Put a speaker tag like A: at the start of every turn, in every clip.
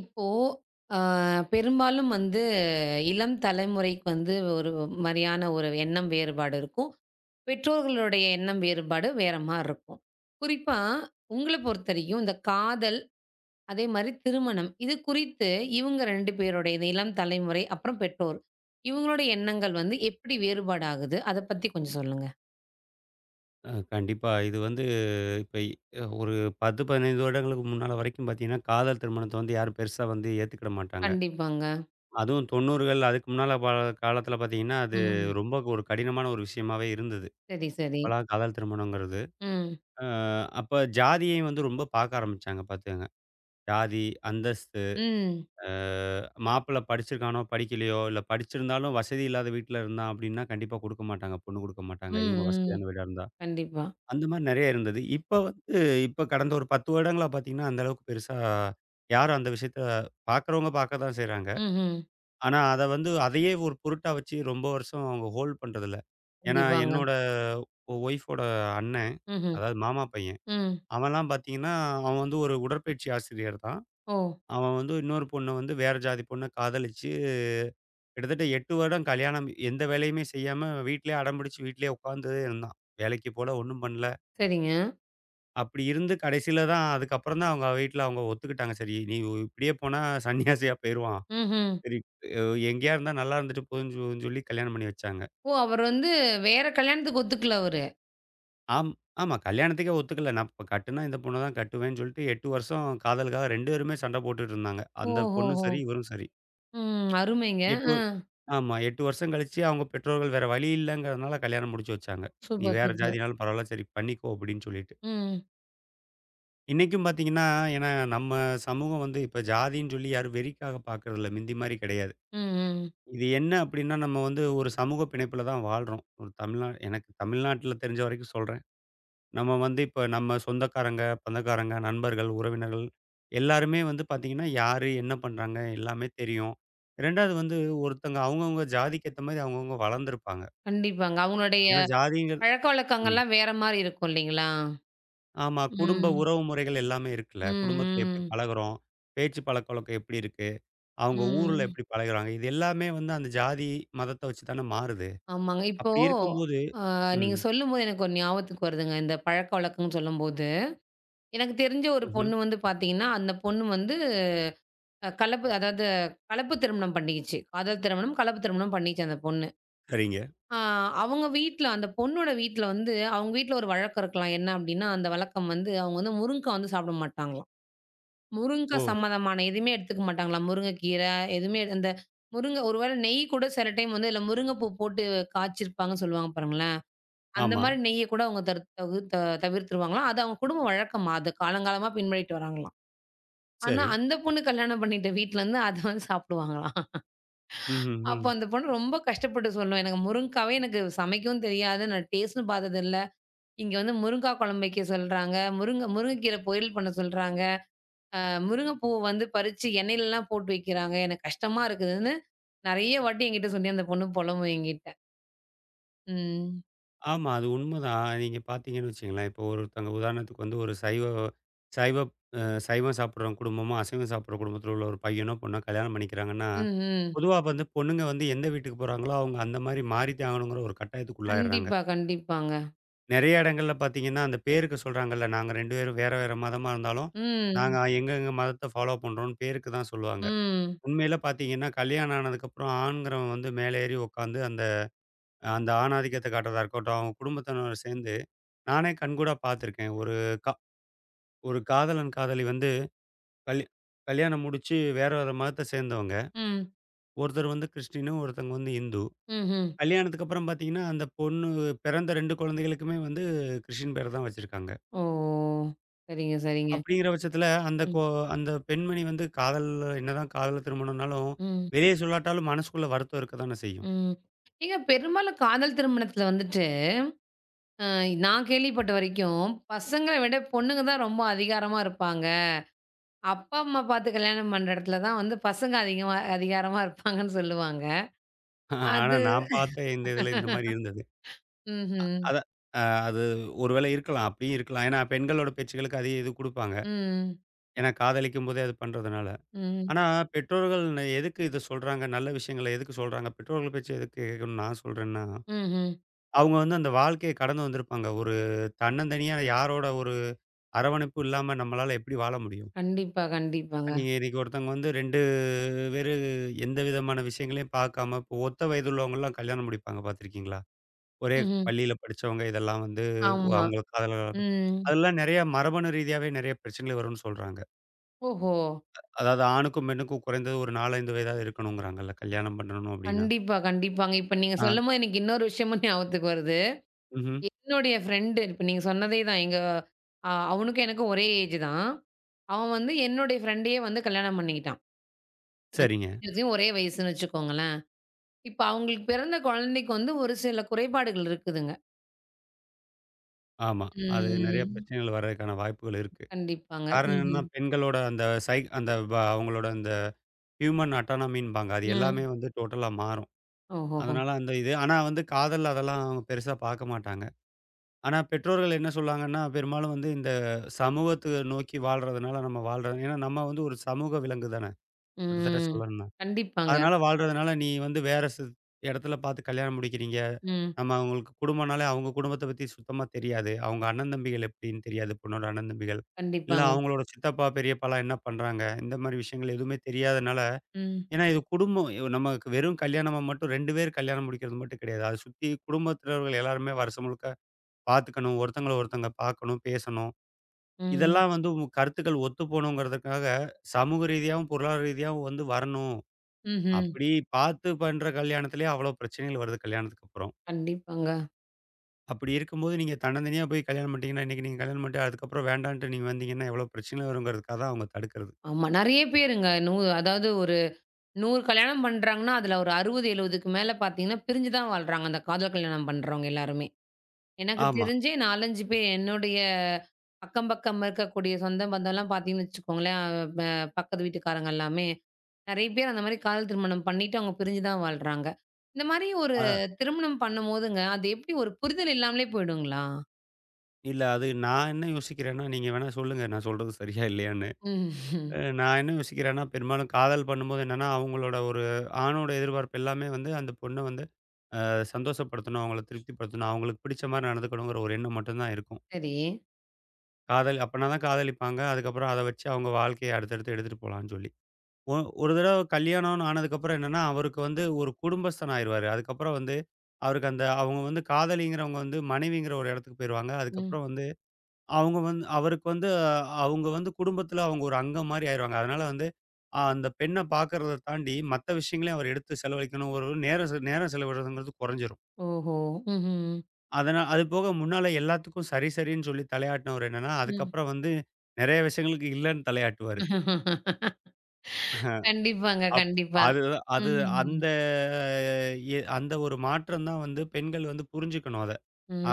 A: இப்போ அ பெரும்பாலும் வந்து இளம் தலைமுறைக்கு வந்து ஒரு மாரியான ஒரு எண்ணம் வேறுபாடு இருக்கும். பெற்றோர்களுடைய எண்ணம் வேறுபாடு வேற மாரி இருக்கும். குறிப்பா உங்கள பொறுத்தவரைக்கும் இந்த காதல், அதே மாரி திருமணம் இது குறித்து இவங்க 2 பேருடைய இந்த இளம் தலைமுறை, அப்புறம் பெற்றோர். இவங்களுடைய எண்ணங்கள் வந்து எப்படி வேறுபாடு ஆகுது? அத பத்தி கொஞ்சம் சொல்லுங்க.
B: கண்டிப்பா. இது வந்து இப்ப இ ஒரு 10, 15 வருடங்களுக்கு முன்னால வரைக்கும் பார்த்தீங்கன்னா, காதல் திருமணத்த வந்து யாரும் பெருசா வந்து ஏத்துக்கிட மாட்டாங்க.
A: கண்டிப்பாங்க.
B: அதுவும் 90கள் அதுக்கு முன்னால காலத்தில பார்த்தீங்கன்னா, அது
A: ம்.
B: ரொம்ப ஒரு கடினமான ஒரு விஷயமாவே இருந்தது.
A: சரி, சரி.
B: இப்பலாம் காதல் திருமணங்கிறது.
A: ம்.
B: அ அப்ப ஜாதியையும் வந்து ரொம்ப பார்க்க ஆரம்பிச்சாங்க பார்த்துக்கங்க. ஜாதி, அந்தஸ்து,
A: ம்.
B: அ மாப்பிள்ளை படிச்சிருக்கானோ, படிக்கலையோ, இல்ல படிச்சிருந்தாலும் வசதி இல்லாத வீட்ல இருந்தான் அப்டின்னா, கண்டிப்பா குடுக்க மாட்டாங்க. பொண்ணு குடுக்க மாட்டாங்க.
A: ம்,
B: இவங்க
A: ம்.
B: வசதியான வீடா இருந்தா.
A: கண்டிப்பா.
B: அந்த மாரி நெறைய இருந்தது. இப்ப கடந்த ஒரு 10 வருடங்களா பார்த்தீங்கன்னா, அந்த அளவுக்கு பெருசா யாரும் அந்த விஷயத்த பார்க்குறவங்க பார்க்க தான் செய்றாங்க.
A: ம்ஹ்ம்.
B: ஆனா, அத வந்து அதையே ஒரு பொருட்டா வச்சு ரொம்ப வருஷம் அவங்க ஹோல்ட் பண்றதில்ல. ஏன்னா,
A: கண்டிப்பாங்க.
B: என்னோட ஒய்ஃபோட அண்ணன்,
A: ம்ஹ்ம்.
B: அதாவது மாமா பையன்.
A: ம்.
B: அவன்லாம் பார்த்தீங்கன்னா, அவன் வந்து ஒரு உடற்பயிற்சி ஆசிரியர் தான்.
A: ஓ!
B: அவன் வந்து இன்னொரு பொண்ண வந்து வேற ஜாதி பொண்ண காதலிச்சு, கிட்டத்தட்ட 8 வருடம் கல்யாணம் எந்த வேலையுமே செய்யாம வீட்லயே அடம் பிடிச்சு வீட்லயே உட்காந்து இருந்தான். வேலைக்கு போல ஒண்ணும் பண்ணல.
A: சரிங்க.
B: அப்படி இருந்து கடைசியில தான் அதுக்கப்புறம் தான் அவங்க வீட்ல அவங்க ஒத்துக்கிட்டாங்க. சரி நீ இப்படியே போனா சன்னியாசியா போயிருவான்.
A: ம்ஹ்ம்.
B: சரி அ எங்கேயா இருந்தா நல்லா இருந்துட்டு போதுன்னு சொல்லி கல்யாணம் பண்ணி வச்சாங்க.
A: ஓ! அவர் வந்து வேற கல்யாணத்துக்கு ஒத்துக்கல அவரு.
B: ஆம் ஆமா கல்யாணத்துக்கே ஒத்துக்கல. நான் இப்ப கட்டுனா இந்த பொண்ண தான் கட்டுவேன்னு சொல்லிட்டு 8 வருஷம் காதலுக்காக 2 பேருமே சண்ட போட்டுட்டு இருந்தாங்க. அந்த பொண்ணும்
A: ஓஹோஹோ!
B: சரி, இவரும் சரி.
A: ம். அருமைங்க.
B: 8
A: ஆ.
B: ஆமா 8 வருஷம் கழிச்சு அவங்க பெற்றோர்கள் வேற வழி இல்லங்கிறதுனால கல்யாணம் முடிச்சு வச்சாங்க. நீ
A: சூப்பர்,
B: வேற
A: சூப்பர்.
B: ஜாதினாலும் பரவாயில்ல சரி பண்ணிக்கோ அப்படின்னு சொல்லிட்டு.
A: ம்.
B: இன்னைக்கும் பார்த்தீங்கன்னா, ஏன்னா நம்ம சமூகம் வந்து இப்ப ஜாதின்னு சொல்லி யாரும் வெறிக்காக பார்க்கறதில்ல. மிந்தி மாரி கிடையாது.
A: ம், ம்.
B: இது என்ன அப்டின்னா, நம்ம வந்து ஒரு சமூக பிணைப்புல தான் வாழ்றோம். ஒரு தமிழ்நா எனக்கு தமிழ்நாட்ல தெரிஞ்ச வரைக்கும் சொல்றேன். நம்ம வந்து இப்ப நம்ம சொந்தக்காரங்க, பந்தக்காரங்க, நண்பர்கள், உறவினர்கள் எல்லாருமே வந்து பார்த்தீங்கன்னா, யாரு என்ன பண்றாங்க எல்லாமே தெரியும். 2வது வந்து ஒருத்தங்க அவங்கவங்க ஜாதிக்கு ஏத்த மாரி அவங்கவங்க வளர்ந்திருப்பாங்க.
A: கண்டிப்பாங்க. அவங்களுடைய
B: ஏன்னா ஜாதிங்கிறது. ம்.
A: பழக்கவழக்கங்கள்லாம் வேற மாரி இருக்கும் இல்லைங்களா?
B: ஆமா. குடும்ப
A: ம்.
B: உறவு முறைகள் எல்லாமே இருக்குல்ல.
A: ம்,
B: குடும்பத்தில எப்படி
A: ம்.
B: பழகுறோம்? பேச்சு பழக்கவழக்கம் எப்படி இருக்கு? அவங்க ஊர்ல
A: ம்.
B: எப்படி பழகுறாங்க? இது எல்லாமே வந்து அந்த ஜாதி, மதத்த வச்சு தானே மாறுது.
A: ஆமாங்க. இப்போ
B: அப்படி இருக்கும்போது.
A: அ
B: ம்.
A: நீங்க சொல்லும்போது எனக்கு ஒரு ஞாபகத்துக்கு வருதுங்க. இந்த பழக்கவழக்கம்ன்னு சொல்லும்போது, எனக்கு தெரிஞ்ச ஒரு
B: ம்ஹ்ம்.
A: பொண்ணு வந்து பார்த்தீங்கன்னா, அந்த பொண்ணு வந்து கலப்பு அதாவது கலப்பு திருமணம் பண்ணிக்கிச்சு. காதல் திருமணம், கலப்பு திருமணம் பண்ணிக்கிச்சு அந்த பொண்ணு.
B: சரிங்க.
A: ஆ அவங்க வீட்ல அந்த பொண்ணோட வீட்ல வந்து அவங்க வீட்ல ஒரு வழக்கம் இருக்கலாம். என்ன அப்டின்னா, அந்த வழக்கம் வந்து அவங்க வந்து முருங்கா வந்து சாப்பிட மாட்டாங்களாம். முருங்கா
B: ஓ!
A: சம்மந்தமான எதுவுமே எடுத்துக்க மாட்டாங்களாம். முருங்கைக்கீரை அந்த முருங்க ஒரு வேளை நெய் கூட சில டைம் வந்து இல்ல முருங்கை பூ போட்டு காய்ச்சிருப்பாங்கன்னு சொல்லுவாங்க பாருங்களேன். அந்த
B: ஆமா.
A: மாரி நெய்ய கூட அவங்க தர் தவு த தவிர்த்துருவாங்களாம். அது அவங்க குடும்ப வழக்கமா. அது காலங்காலமா பின்பற்றிட்டு வராங்களாம். ஆனா
B: சரி.
A: அந்த பொண்ணு கல்யாணம் பண்ணிட்ட வீட்லருந்து அத வந்து சாப்பிடுவாங்களாம்.
B: ம்ஹ்ம், ம்.
A: அப்போ
B: ம்.
A: அந்த பொண்ணு ரொம்ப கஷ்டப்பட்டு சொல்லும். எனக்கு முருங்காவே எனக்கு சமைக்கவும் தெரியாது. நான் டேஸ்ட்டும் பார்த்ததில்ல. இங்க வந்து முருங்கா குழம்பு வைக்க சொல்றாங்க. முருங்க முருங்கைக்கீரை பொரியல் பண்ண சொல்றாங்க. அ முருங்கைப்பூ வந்து பறிச்சு எண்ணெயிலலாம் போட்டு வைக்கிறாங்க. எனக்கு கஷ்டமா இருக்குதுன்னு, நெறைய வாட்டி என்கிட்ட சொல்லி அந்த பொண்ணு புலம்பும் என்கிட்ட. ம்.
B: ஆமா. அது உண்மதான். நீங்க பார்த்தீங்கன்னு வச்சுக்கங்களேன், இப்போ ஒருத்தவங்க உதாரணத்துக்கு வந்து ஒரு சைவ சைவ அ சைவம் சாப்பிடுற குடும்பமும், அசைவம் சாப்பிடுற குடும்பத்தில உள்ள ஒரு பையனோ, பொண்ணோ கல்யாணம் பண்ணிக்கிறாங்கன்னா,
A: ம், ம்.
B: பொதுவா வந்து பொண்ணுங்க வந்து எந்த வீட்டுக்கு போறாங்களோ, அவங்க அந்த மாரி மாறித்தான் ஆகணுங்கிற ஒரு கட்டாயத்துக்கு உள்ளாயிடுறாங்க.
A: கண்டிப்பா, கண்டிப்பாங்க.
B: நெறைய இடங்கள்ல பார்த்தீங்கன்னா, அந்த பேருக்கு சொல்றாங்கல்ல, நாங்க 2 பேரும் வேற வேற மதமா இருந்தாலும், நாங்க
A: ம்,
B: எங்கெங்க மதத்த ஃபாலோ பண்றோம்ன்னு பேருக்கு தான் சொல்லுவாங்க.
A: ம்,
B: உண்மையில பார்த்தீங்கன்னா, கல்யாணம் ஆனதுக்கப்புறம் ஆண்கிறவன் வந்து மேலே ஏறி உட்காந்து அந்த அந்த ஆணாதிக்கத்த காட்டுறதா இருக்கட்டும், அவங்க குடும்பத்தினர் சேர்ந்து நானே கண்கூடா பார்த்துருக்கேன். கா ஒரு காதலன், காதலி வந்து கல் கல்யாணம் முடிச்சு வேற வேற மதத்த சேர்ந்தவங்க.
A: ம்,
B: ஒருத்தர் வந்து கிறிஸ்டினு, ஒருத்தவங்க வந்து இந்து.
A: ம்ஹ்ம்.
B: கல்யாணத்துக்கு அப்புறம் பார்த்தீங்கன்னா, அந்த பொண்ணு பிறந்த 2 குழந்தைகளுக்குமே வந்து கிறிஸ்டின் பேர தான் வச்சிருக்காங்க.
A: ஓ! சரிங்க, சரிங்க.
B: அப்படிங்கிற பட்சத்தில,
A: ம்,
B: அந்த பெண்மணி வந்து காதல் என்னதான் காதல் திருமணம்னாலும்,
A: ம்,
B: வெளிய சொல்லாட்டாலும் மனசுக்குள்ள வருத்தம் இருக்க தானே செய்யும்.
A: ம். ஏங்க பெரும்பாலும் காதல் திருமணத்துல வந்துட்டு, அ நான் கேள்விப்பட்ட வரைக்கும், பசங்கள விட பொண்ணுங்க தான் ரொம்ப அதிகாரமா இருப்பாங்க. அப்பா, அம்மா பார்த்து கல்யாணம் பண்ற இடத்துல தான் வந்து பசங்க அதிகமா அதிகாரமா இருப்பாங்கன்னு சொல்லுவாங்க.
B: ஆனா
A: அது
B: நான் பார்த்த இந்த இதில இந்த மாரி இருந்தது.
A: ம்ஹ்ம்.
B: அதான் அ அது ஒரு வேளை இருக்கலாம். அப்படியும் இருக்கலாம். ஏன்னா பெண்களோட பேச்சுக்களுக்கு அதிக இது குடுப்பாங்க.
A: ம்.
B: ஏன்னா காதலிக்கும்போதே அது பண்றதுனால.
A: ம்.
B: ஆனா பெற்றோர்கள் எதுக்கு இத சொல்றாங்க? நல்ல விஷயங்கள எதுக்கு சொல்றாங்க? பெற்றோர்கள் பேச்ச எதுக்கு கேட்கணும்னு நான் சொல்றேன்னா,
A: ம்ஹ்ம்.
B: அவங்க வந்து அந்த வாழ்க்கைய கடந்து வந்திருப்பாங்க. ஒரு தன்னந்தனியா யாரோட ஒரு அரவணைப்பும் இல்லாம நம்மளால எப்படி வாழ முடியும்?
A: கண்டிப்பா, கண்டிப்பாங்க.
B: நீங்க இன்னைக்கு ஒருத்தவங்க வந்து 2 பேரு எந்த விதமான விஷயங்களையும் பார்க்காம, இப்போ ஒத்த வயதுள்ளவங்கலாம் கல்யாணம் முடிப்பாங்க பார்த்துருக்கீங்களா? ஒரே
A: ம்ஹ்ம்.
B: பள்ளியில படிச்சவங்க இதெல்லாம் வந்து
A: ஆமா.
B: அவங்க காதல
A: ம்.
B: அதெல்லாம் நெறைய மரபணு ரீதியாவே நெறைய பிரச்சனைகள் வரும்னு சொல்றாங்க.
A: ஓஹோ!
B: அதாவது ஆணுக்கும், பெண்ணுக்கும் குறைந்தது ஒரு 4, 5 வயதாவது இருக்கணுங்கிறாங்கல்ல கல்யாணம் பண்ணணும் அப்டின்னா.
A: கண்டிப்பா, கண்டிப்பாங்க. இப்ப நீங்க
B: ஆ,
A: சொல்லும்போது எனக்கு இன்னொரு விஷயமும் ஞாபகத்துக்கு வருது.
B: ம்ஹ்ம்.
A: என்னுடைய ஃப்ரெண்டு இப்ப நீங்க சொன்னதே தான். எங்க அவனுக்கும் எனக்கும் ஒரே ஏஜ் தான். அவன் வந்து என்னுடைய ஃப்ரெண்டையே வந்து கல்யாணம் பண்ணிக்கிட்டான். அது
B: சரிங்க.
A: ஒரே வயசுன்னு வச்சுக்கோங்களேன். இப்ப அவங்களுக்கு பிறந்த குழந்தைக்கு வந்து ஒரு சில குறைபாடுகள் இருக்குதுங்க.
B: ஆமா. அது நெறைய
A: ம்.
B: பிரச்சனைகள் வர்றதுக்கான வாய்ப்புகள் இருக்கு.
A: கண்டிப்பாங்க.
B: காரணம் என்னன்னா,
A: ம்ஹ்ம்.
B: பெண்களோட அந்த சை அந்த வ அவங்களோட அந்த ஹியூமன் அட்டானமின்பாங்க. அது எல்லாமே
A: ம்.
B: வந்து டோட்டலா மாறும்.
A: ஓஹோஹோ!
B: அதனால அந்த இது. ஆனா வந்து காதல் அதெல்லாம் அவங்க பெருசா பார்க்க மாட்டாங்க. ஆனா பெற்றோர்கள் என்ன சொல்றாங்கன்னா, பெரும்பாலும் வந்து இந்த சமூகத்த நோக்கி வாழ்றதுனால நம்ம வாழ்றோம். ஏன்னா நம்ம வந்து ஒரு சமூக விலங்கு தானே! கிட்டத்தட்ட
A: ம்.
B: சொல்லணும்னா.
A: கண்டிப்பாங்க.
B: அதனால வாழ்றதுனால நீ வந்து வேற இடத்துல பார்த்து கல்யாணம் முடிக்கிறீங்க.
A: ம்.
B: நம்ம அவங்களுக்கு குடும்பம்னாலே அவங்க குடும்பத்த பத்தி சுத்தமா தெரியாது. அவங்க அண்ணன் தம்பிகள் எப்படின்னு தெரியாது. பொண்ணோட அண்ணன் தம்பிகள். இல்ல
A: கண்டிப்பாங்க.
B: அவங்களோட சித்தப்பா, பெரியப்பாலாம் என்ன பண்றாங்க? இந்த மாரி விஷயங்கள் எதுவுமே தெரியாதனால
A: ம்.
B: ஏன்னா இது குடும்பம். இவ் நமக்கு வெறும் கல்யாணமா மட்டும் 2 பேர் கல்யாணம் முடிக்கிறது மட்டும் கிடையாது. அத சுத்தி குடும்பத்தினர்கள் எல்லாருமே வருஷம் முழுக்க பார்த்துக்கணும். ஒருத்தங்கள ஒருத்தங்க பார்க்கணும், பேசணும்.
A: ம்.
B: இதெல்லாம் வந்து உங்க கருத்துக்கள் ஒத்து போணுங்கிறதுக்காக சமூக ரீதியாவும், பொருளாதார ரீதியாவும் வந்து வரணும்.
A: ம்ஹ்ம்.
B: அப்படி பார்த்து பண்ற கல்யாணத்திலேயே அவ்வளோ பிரச்சனைகள் வருது கல்யாணத்துக்கு அப்புறம்.
A: கண்டிப்பாங்க.
B: அப்படி இருக்கும்போது நீங்க தன்னந்தனியா போய் கல்யாணம் பண்ணிட்டீங்கன்னா, இன்னைக்கு நீங்க கல்யாணம் பண்ணிட்டு அதுக்கப்புறம் வேண்டான்ட்டு நீங்க வந்தீங்கன்னா எவ்வளோ பிரச்சனை வருங்கிறதுக்காக தான் அவங்க தடுக்கிறது.
A: ஆமா. நெறைய பேருங்க. அதாவது ஒரு 100 கல்யாணம் பண்றாங்கன்னா, அதுல ஒரு 60, 70க்கு மேல பார்த்தீங்கன்னா, பிரிஞ்சு தான் வாழ்றாங்க. அந்த காதல் கல்யாணம் பண்றவங்க எல்லாருமே. எனக்கு
B: ஆமா.
A: தெரிஞ்சே 4, 5 பேர் என்னுடைய அக்கம் பக்கம் இருக்கக்கூடிய சொந்த பந்தம்லாம் பார்த்தீங்கன்னு வச்சுக்கோங்களேன், அ ப பக்கத்து வீட்டுக்காரங்க எல்லாமே நெறைய பேர் அந்த மாரி காதல் திருமணம் பண்ணிட்டு அவங்க பிரிஞ்சு தான் வாழ்றாங்க. இந்த மாரி ஒரு
B: அ
A: திருமணம் பண்ணும்போதுங்க, அது எப்படி ஒரு புரிதல் இல்லாமலே போயிடுங்களா?
B: இல்ல அது நான் என்ன யோசிக்கிறேன்னா, நீங்க வேணா சொல்லுங்க நான் சொல்றது சரியா இல்லையான்னு.
A: ம்ஹ்ம்.
B: நான் என்ன யோசிக்கிறேன்னா, பெரும்பாலும் காதல் பண்ணும்போது என்னன்னா, அவங்களோட ஒரு ஆணோட எதிர்பார்ப்பு எல்லாமே வந்து அந்த பொண்ண வந்து சந்தோஷப்படுத்தணும், அவங்கள திருப்திப்படுத்தணும், அவங்களுக்கு பிடிச்ச மாரி நடந்துக்கணுங்கிற ஒரு எண்ணம் மட்டும் தான் இருக்கும்.
A: சரி.
B: காதல் அப்பனா தான் காதலிப்பாங்க. அதுக்கப்புறம் அத வச்சு அவங்க வாழ்க்கைய அடுத்தடுத்து எடுத்துட்டு போலான்னு சொல்லி. ஒ ஒரு தடவ கல்யாணம்னு ஆனதுக்கப்புறம் என்னன்னா, அவருக்கு வந்து ஒரு குடும்பஸ்தன் ஆயிருவாரு. அதுக்கப்புறம் வந்து அவருக்கு அந்த அவங்க வந்து காதலிங்கிறவங்க வந்து மனைவிங்கிற ஒரு இடத்துக்கு போயிருவாங்க.
A: ம்.
B: அதுக்கப்புறம் வந்து அவங்க வந்து அவருக்கு வந்து அவங்க வந்து குடும்பத்துல அவங்க ஒரு அங்கம் மாரி ஆயிருவாங்க. அதனால வந்து அந்த பெண்ண பார்க்கறத தாண்டி மத்த விஷயங்களையும் அவர் எடுத்து செலவழிக்கணும். ஒரு நேரம் செலவிடுறதுங்கிறது குறைஞ்சிரும்.
A: ஓஹோ! ம்ஹ்ம்.
B: அதனா அது போக முன்னால எல்லாத்துக்கும் சரி, சரின்னு சொல்லி தலையாட்டினவர் என்னன்னா,
A: ம்.
B: அதுக்கப்புறம் வந்து நெறைய விஷயங்களுக்கு இல்லன்னு தலையாட்டுவாரு.
A: கண்டிப்பாங்க,
B: அப்
A: கண்டிப்பா.
B: அது அது
A: ம்.
B: அந்த அந்த ஒரு மாற்றம் தான் வந்து பெண்கள் வந்து புரிஞ்சுக்கணும் அத.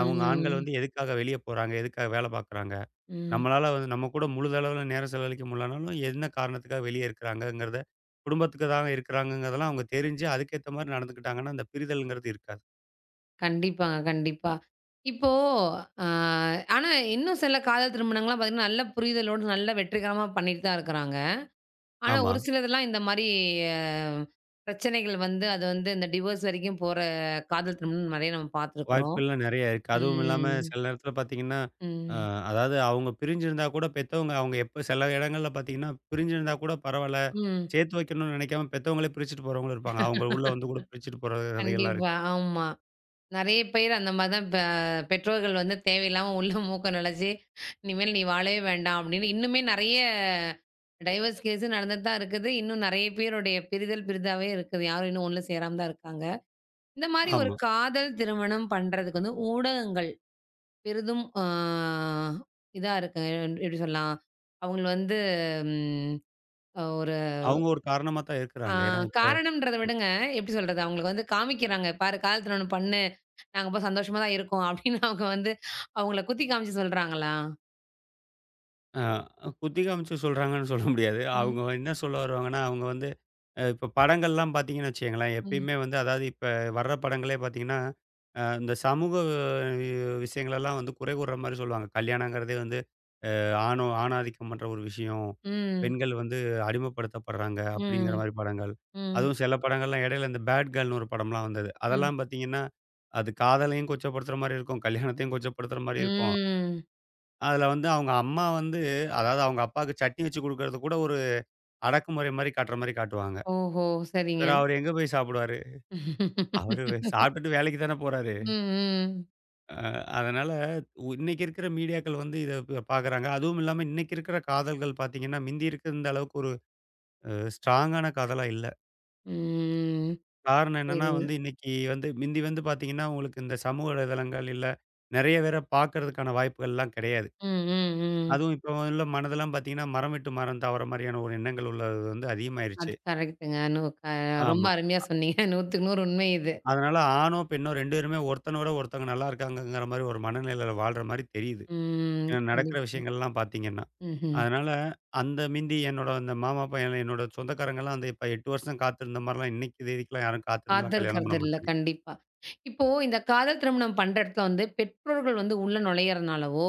B: அவங்க ஆண்கள் வந்து எதுக்காக வெளிய போறாங்க? எதுக்காக வேல பார்க்குறாங்க?
A: ம்.
B: நம்மளால வந்து நம்ம கூட முழுதளவுல நேரம் செலவழிக்க முடியலனாலும், என்ன காரணத்துக்காக வெளியே இருக்கிறாங்கங்கிறத, குடும்பத்துக்காக இருக்கிறாங்கங்கிறதெல்லாம் அவங்க தெரிஞ்சு, அதுக்கேத்த மாரி நடந்துக்கிட்டாங்கன்னா, அந்த பிரிதல்ங்கிறது இருக்காது.
A: கண்டிப்பாங்க, கண்டிப்பா. இப்போ அ ஆனா இன்னும் சில காதல் திருமணங்கள்லாம் பார்த்தீங்கன்னா, நல்ல புரிதலோடு நல்ல வெற்றிகரமா பண்ணிட்டு தான் இருக்கிறாங்க. ஆனா,
B: ஆமா.
A: ஒரு சிலதெல்லாம் இந்த மாரி அ பிரச்சனைகள் வந்து அது வந்து இந்த டிவோர்ஸ் வரைக்கும் போற காதல் திருமணம் நெறைய நம்ம பார்த்துருக்குறோம்.
B: வாய்ப்புகள்லாம் நெறையா இருக்கு. அதுவும் இல்லாம
A: ம்.
B: சில நேரத்தில பார்த்தீங்கன்னா, அ
A: ம்.
B: அதாவது அவங்க பிரிஞ்சிருந்தா கூட பெத்தவங்க அவங்க எப்ப சில இடங்கள்ல பார்த்தீங்கன்னா, பிரிஞ்சிருந்தா கூட பரவால்ல.
A: ம்.
B: சேர்த்து வைக்கணும்னு நெனைக்காம பெத்தவங்களே பிரிச்சுட்டு போறவங்களும் இருப்பாங்க. அவங்க உள்ள வந்து கூட பிரிச்சுட்டு போற கதைகள்லாம் இருக்கு.
A: கண்டிப்பா. ஆமா. நெறைய பேர் அந்த மாரி தான் பெற்றோர்கள் வந்து தேவையில்லாம உள்ள மூக்க நுழைச்சு, "இனிமேல் நீ வாழவே வேண்டாம்" அப்படின்னு இன்னுமே நெறைய டைவர்ஸ் கேஸ் நடந்துட்டு தான் இருக்குது. இன்னும் நெறைய பேருடைய பிரிதல் பிரிதாவே இருக்குது. யாரும் இன்னும் ஒண்ணு சேராம தான் இருக்காங்க. இந்த மாரி ஒரு
B: ஆமா.
A: காதல் திருமணம் பண்றதுக்கு வந்து ஊடகங்கள் பெரிதும் இதா இருக்கு. எப்படி சொல்லலாம்? அவங்கள வந்து ம் அ ஒரு
B: அவங்க ஒரு காரணமா தான்
A: ஆ
B: இருக்கிறாங்க. ஏன்னா
A: காரணம்ன்றத விடங்க, எப்படி சொல்றது? அவங்களுக்கு வந்து காமிக்கிறாங்க. "பாரு காலத்துல ஒண்ணு பண்ணு. நாங்க இப்ப சந்தோஷமா தான் இருக்கோம்." அப்படின்னு அவங்க வந்து அவங்கள குத்தி காமிச்சு சொல்றாங்களா?
B: ஆ குத்தி காமிச்சு சொல்றாங்கன்னு சொல்ல முடியாது. அவங்க
A: ம்.
B: என்ன சொல்ல வருவாங்கன்னா, அவங்க வந்து இப்ப படங்கள்லாம் பார்த்தீங்கன்னு வச்சுக்கங்களேன்,
A: ம்.
B: எப்பயுமே வந்து அதாவது இப்ப வர்ற படங்களே பார்த்தீங்கன்னா, இந்த சமூக விஷயங்களெல்லாம் வந்து குறை கூறுற மாரி சொல்லுவாங்க. கல்யாணங்கிறதே வந்து ஆணோ ஆணாதிக்கம் பண்ற ஒரு விஷயம்.
A: ம்.
B: பெண்கள் வந்து அடிமைப்படுத்தப்படுறாங்க அப்படிங்கிற
A: ம்.
B: மாரி படங்கள்.
A: ம்.
B: அதுவும் சில படங்கள்லாம் இடையில இந்த பேட் கேர்ள்னு ஒரு படம்லாம் வந்தது.
A: ம்.
B: அதெல்லாம் பார்த்தீங்கன்னா, அது காதலையும் கொச்சப்படுத்துற மாரி இருக்கும். கல்யாணத்தையும் கொச்சப்படுத்துற மாரி இருக்கும்.
A: ம்.
B: அதுல வந்து அவங்க அம்மா வந்து அதாவது அவங்க அப்பாவுக்கு சட்னி வச்சு குடுக்கறது கூட ஒரு அடக்குமுறை மாரி காட்டுற மாரி காட்டுவாங்க.
A: ஓஹோ! சரிங்க.
B: வேற அவரு எங்க போய் சாப்பிடுவாரு? அவரு சாப்பிட்டுட்டு வேலைக்கு தானே போறாரு.
A: ம். ம்.
B: அ அதனால இன்னைக்கு இருக்கிற மீடியாக்கள் வந்து இத பார்க்குறாங்க. அதுவும் இல்லாம இன்னைக்கு இருக்கிற காதல்கள் பார்த்தீங்கன்னா, மிந்தி இருந்த அளவுக்கு ஒரு அ ஸ்ட்ராங்கான காதலா இல்ல.
A: ம்.
B: காரணம் என்னன்னா
A: புரியுதுங்க.
B: வந்து இன்னைக்கு வந்து மிந்தி வந்து பார்த்தீங்கன்னா, உங்களுக்கு இந்த சமூக வலைதளங்கள் இல்ல நெறைய பேர பார்க்கறதுக்கான வாய்ப்புகள்லாம் கிடையாது.
A: ம். ம். ம்.
B: அதுவும் இப்போ உள்ள மனதெல்லாம் பார்த்தீங்கன்னா, மரம் விட்டு மரம் தாவர மாரியான ஒரு எண்ணங்கள் உள்ளது வந்து அதிகமாயிருச்சு.
A: அது கரெக்ட்டுங்க. நு க ரொம்ப
B: ஆமா.
A: அருமையா சொன்னீங்க. 100க்கு 100 உண்மை இது.
B: அதனால ஆணோ, பெண்ணோ 2 பேருமே ஒருத்தன விட ஒருத்தவங்க நல்லா இருக்காங்கங்கிற மாரி ஒரு மனநிலையில வாழ்ற மாரி தெரியுது.
A: ம்.
B: ஏன்னா நடக்கிற
A: கண்டிப்பா.
B: விஷயங்கள்லாம் பார்த்தீங்கன்னா.
A: ம்ஹ்ம்.
B: அதனால அந்த மிந்தி என்னோட அந்த மாமா பையன், என்னோட சொந்தக்காரங்கலாம் அந்த இப்ப 8 வருஷம் காத்திருந்த மாரிலாம் இன்னைக்கு தேதிக்கெல்லாம் யாரும் காத்திருந்துலாம் கல்யாணம் பண்ண
A: காத்திருக்கிறது இல்ல.
B: மாட்டாங்க.
A: கண்டிப்பா. இப்போ இந்த காதல் திருமணம் பண்ற இடத்துல வந்து பெற்றோர்கள் வந்து உள்ள நுழையறனாலவோ,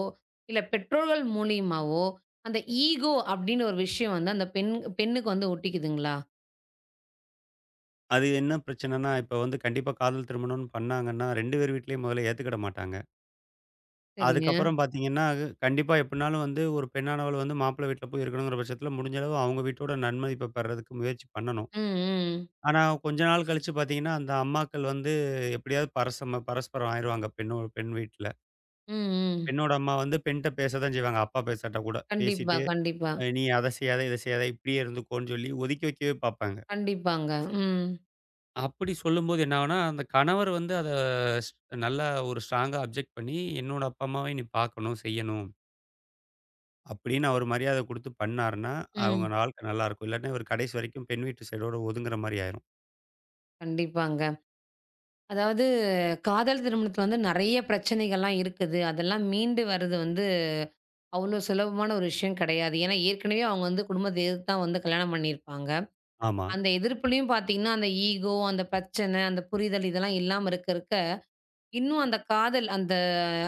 A: இல்ல பெற்றோர்கள் மூலியமாவோ, அந்த ஈகோ அப்டின்னு ஒரு விஷயம் வந்து அந்த பெண்ணுக்கு வந்து ஒட்டிக்குதுங்களா?
B: அது என்ன பிரச்சனைன்னா, இப்ப வந்து கண்டிப்பா காதல் திருமணம்னு பண்ணாங்கன்னா, 2 பேர் வீட்லயும் முதல்ல ஏத்துக்கிட மாட்டாங்க.
A: சரிங்க.
B: அதுக்கப்புறம் பார்த்தீங்கன்னா, அது கண்டிப்பா எப்படினாலும் வந்து ஒரு பெண்ணானவள் வந்து மாப்பிள்ளை வீட்ல போய் இருக்கணுங்கிற பட்சத்தில முடிஞ்ச அளவு அவங்க வீட்டோட நன்மதிப்ப பெறதுக்கு முயற்சி பண்ணணும்.
A: ம், ம்.
B: ஆனா, கொஞ்ச நாள் கழிச்சு பார்த்தீங்கன்னா, அந்த அம்மாக்கள் வந்து எப்படியாவது பரஸ்பரம் ஆயிருவாங்க. பெண்ணோ பெண் வீட்ல.
A: ம், ம்.
B: பெண்ணோட அம்மா வந்து பெண்ட்ட பேசத்தான் செய்வாங்க. அப்பா பேசாட்டா கூட.
A: கண்டிப்பா,
B: பேசிட்டு,
A: கண்டிப்பா.
B: "நீ அத செய்யாத, இத செய்யாத, இப்படியே இருந்துக்கோன்னு" சொல்லி ஒதுக்கி வைக்கவே பார்ப்பாங்க.
A: கண்டிப்பாங்க. ம்,
B: அப்படி சொல்லும்போது என்ன ஆகும்னா, அந்த கணவர் வந்து அத ஸ் நல்லா ஒரு ஸ்ட்ராங்கா அப்ஜெக்ட் பண்ணி, "என்னோட அப்பா, அம்மாவையும் நீ பார்க்கணும், செய்யணும்." அப்படின்னு அவர் மரியாதை குடுத்து பண்ணாருன்னா, அவங்க
A: ம்.
B: வாழ்க்கை நல்லாயிருக்கும். இல்லாட்டினா இவர் கடைசி வரைக்கும் பெண் வீட்டு சைடோட ஒதுங்குற மாரி ஆயிரும்.
A: கண்டிப்பாங்க. அதாவது காதல் திருமணத்துல வந்து நெறைய பிரச்சனைகள்லாம் இருக்குது. அதெல்லாம் மீண்டு வர்றது வந்து அவ்ளோ சுலபமான ஒரு விஷயம் கெடையாது. ஏன்னா, ஏற்கனவே அவங்க வந்து குடும்பத்த எதிர்த்து தான் வந்து கல்யாணம் பண்ணியிருப்பாங்க.
B: ஆமா.
A: அந்த எதிர்ப்புலயும் பார்த்தீங்கன்னா, அந்த ஈகோ, அந்த பிரச்சனை, அந்த புரிதல் இதெல்லாம் இல்லாம இருக்க இருக்க, இன்னும் அந்த காதல் அந்த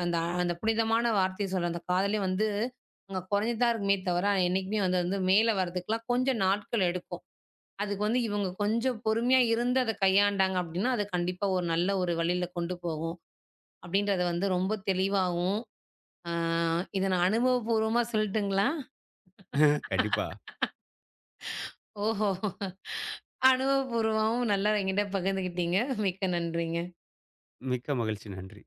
A: அந்த அந்த புனிதமான வார்த்தைய சொல்ற அந்த காதலே வந்து அங்க கொறைஞ்சு தான் இருக்குமே தவிர, என்னைக்குமே வந்து வந்து மேல வர்றதுக்குலாம் கொஞ்சம் நாட்கள் எடுக்கும். அதுக்கு வந்து இவங்க கொஞ்சம் பொறுமையா இருந்து அத கையாண்டாங்க அப்டின்னா, அது கண்டிப்பா ஒரு நல்ல ஒரு வழியில கொண்டு போகும். அப்படின்றத வந்து ரொம்ப தெளிவாவும், அ இத நான் அனுபவபூர்வமா சொல்லட்டுங்களா?
B: கண்டிப்பா.
A: ஓஹோ! அனுபவபூர்வமாவும் நல்லா என்கிட்ட பகிர்ந்துக்கிட்டீங்க. மிக்க நன்றிங்க.
B: மிக்க மகிழ்ச்சி. நன்றி.